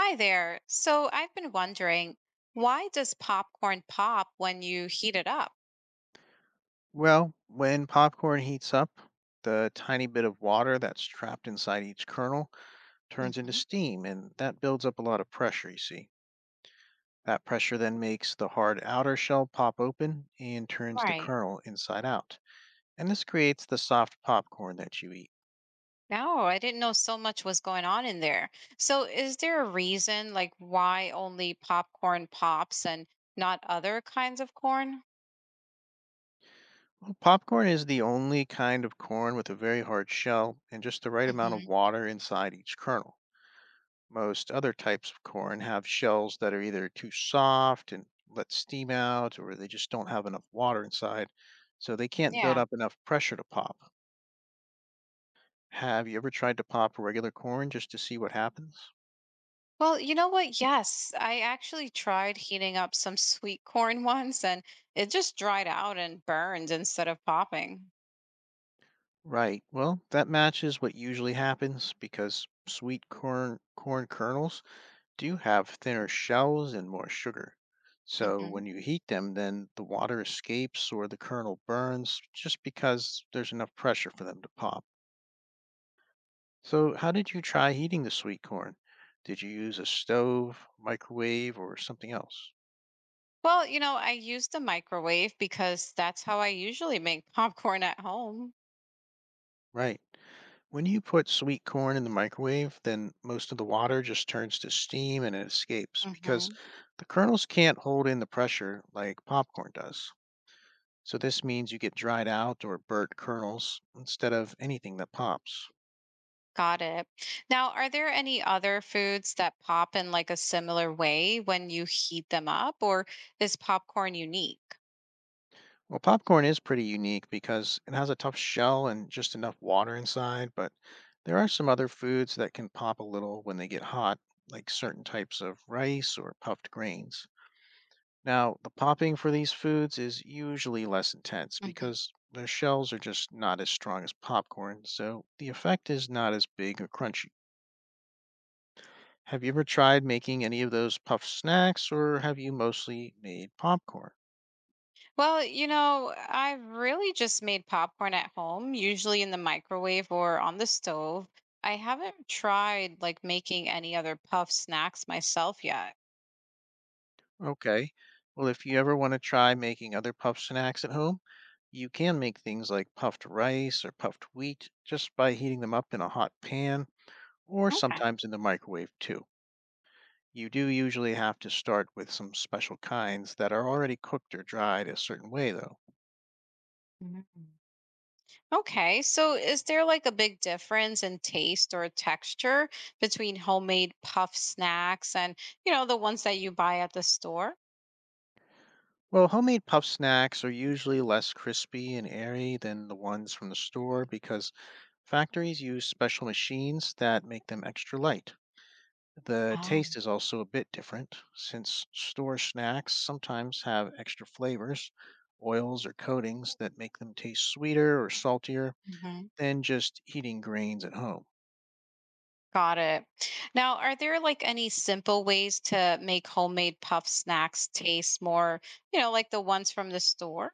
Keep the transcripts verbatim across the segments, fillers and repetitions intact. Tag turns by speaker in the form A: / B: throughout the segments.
A: Hi there. So I've been wondering, why does popcorn pop when you heat it up?
B: Well, when popcorn heats up, the tiny bit of water that's trapped inside each kernel turns into
A: Hmm.
B: steam, and that builds up a lot of pressure, you see. That pressure then makes the hard outer shell pop open and turns the
A: Right.
B: kernel inside out. And this creates the soft popcorn that you eat.
A: No, I didn't know so much was going on in there. So is there a reason like why only popcorn pops and not other kinds of corn?
B: Well, popcorn is the only kind of corn with a very hard shell and just the right amount of
A: Hmm.
B: water inside each kernel. Most other types of corn have shells that are either too soft and let steam out, or they just don't have enough water inside, so they can't build
A: Yeah.
B: up enough pressure to pop. Have you ever tried to pop regular corn just to see what happens?
A: Well, you know what? Yes, I actually tried heating up some sweet corn once and it just dried out and burned instead of popping.
B: Right. Well, that matches what usually happens because sweet corn corn kernels do have thinner shells and more sugar. So when you heat them, then the water escapes or the kernel burns just because there's enough pressure for them to pop. So, how did you try heating the sweet corn? Did you use a stove, microwave, or something else?
A: Well, you know, I use the microwave because that's how I usually make popcorn at home.
B: Right. When you put sweet corn in the microwave, then most of the water just turns to steam and it escapes because
A: Hmm.
B: the kernels can't hold in the pressure like popcorn does. So, this means you get dried out or burnt kernels instead of anything that pops.
A: Got it. Now, are there any other foods that pop in like a similar way when you heat them up, or is popcorn unique?
B: Well, popcorn is pretty unique because it has a tough shell and just enough water inside, but there are some other foods that can pop a little when they get hot, like certain types of rice or puffed grains. Now, the popping for these foods is usually less intense
A: Hmm.
B: because their shells are just not as strong as popcorn, so the effect is not as big or crunchy. Have you ever tried making any of those puffed snacks, or have you mostly made popcorn?
A: Well, you know, I have really just made popcorn at home, usually in the microwave or on the stove. I haven't tried like making any other puff snacks myself yet.
B: Okay. Well, if you ever want to try making other puff snacks at home, you can make things like puffed rice or puffed wheat just by heating them up in a hot pan or
A: Okay.
B: sometimes in the microwave too. You do usually have to start with some special kinds that are already cooked or dried a certain way, though.
A: Mhm. Okay, so is there like a big difference in taste or texture between homemade puff snacks and, you know, the ones that you buy at the store?
B: Well, homemade puff snacks are usually less crispy and airy than the ones from the store because factories use special machines that make them extra light. The
A: Oh.
B: taste is also a bit different since store snacks sometimes have extra flavors, oils, or coatings that make them taste sweeter or saltier
A: Hmm.
B: than just eating grains at home.
A: Got it. Now, are there like any simple ways to make homemade puff snacks taste more, you know, like the ones from the store?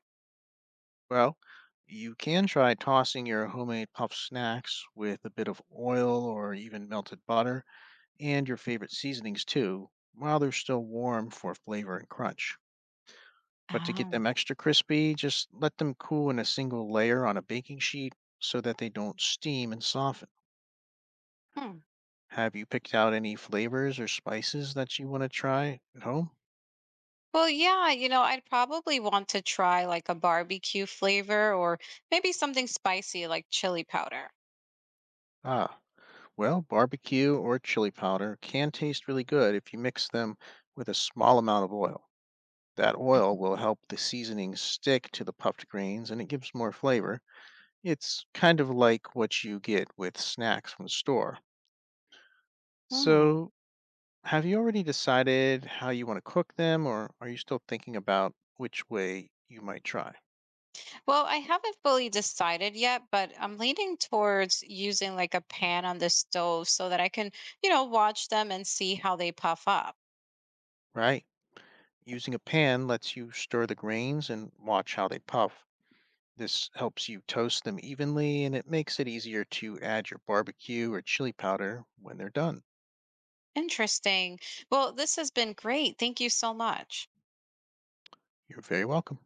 B: Well, you can try tossing your homemade puff snacks with a bit of oil or even melted butter and your favorite seasonings too, while they're still warm for flavor and crunch. But to get
A: Oh.
B: them extra crispy, just let them cool in a single layer on a baking sheet so that they don't steam and soften.
A: Hmm.
B: Have you picked out any flavors or spices that you want to try at home?
A: Well, yeah, you know, I'd probably want to try like a barbecue flavor or maybe something spicy like chili powder.
B: Ah, well, barbecue or chili powder can taste really good if you mix them with a small amount of oil. That oil will help the seasoning stick to the puffed grains and it gives more flavor. It's kind of like what you get with snacks from the store.
A: Mhm.
B: So, have you already decided how you want to cook them, or are you still thinking about which way you might try?
A: Well, I haven't fully decided yet, but I'm leaning towards using like a pan on the stove so that I can, you know, watch them and see how they puff up.
B: Right? Using a pan lets you stir the grains and watch how they puff. This helps you toast them evenly, and it makes it easier to add your barbecue or chili powder when they're done.
A: Interesting. Well, this has been great. Thank you so much.
B: You're very welcome.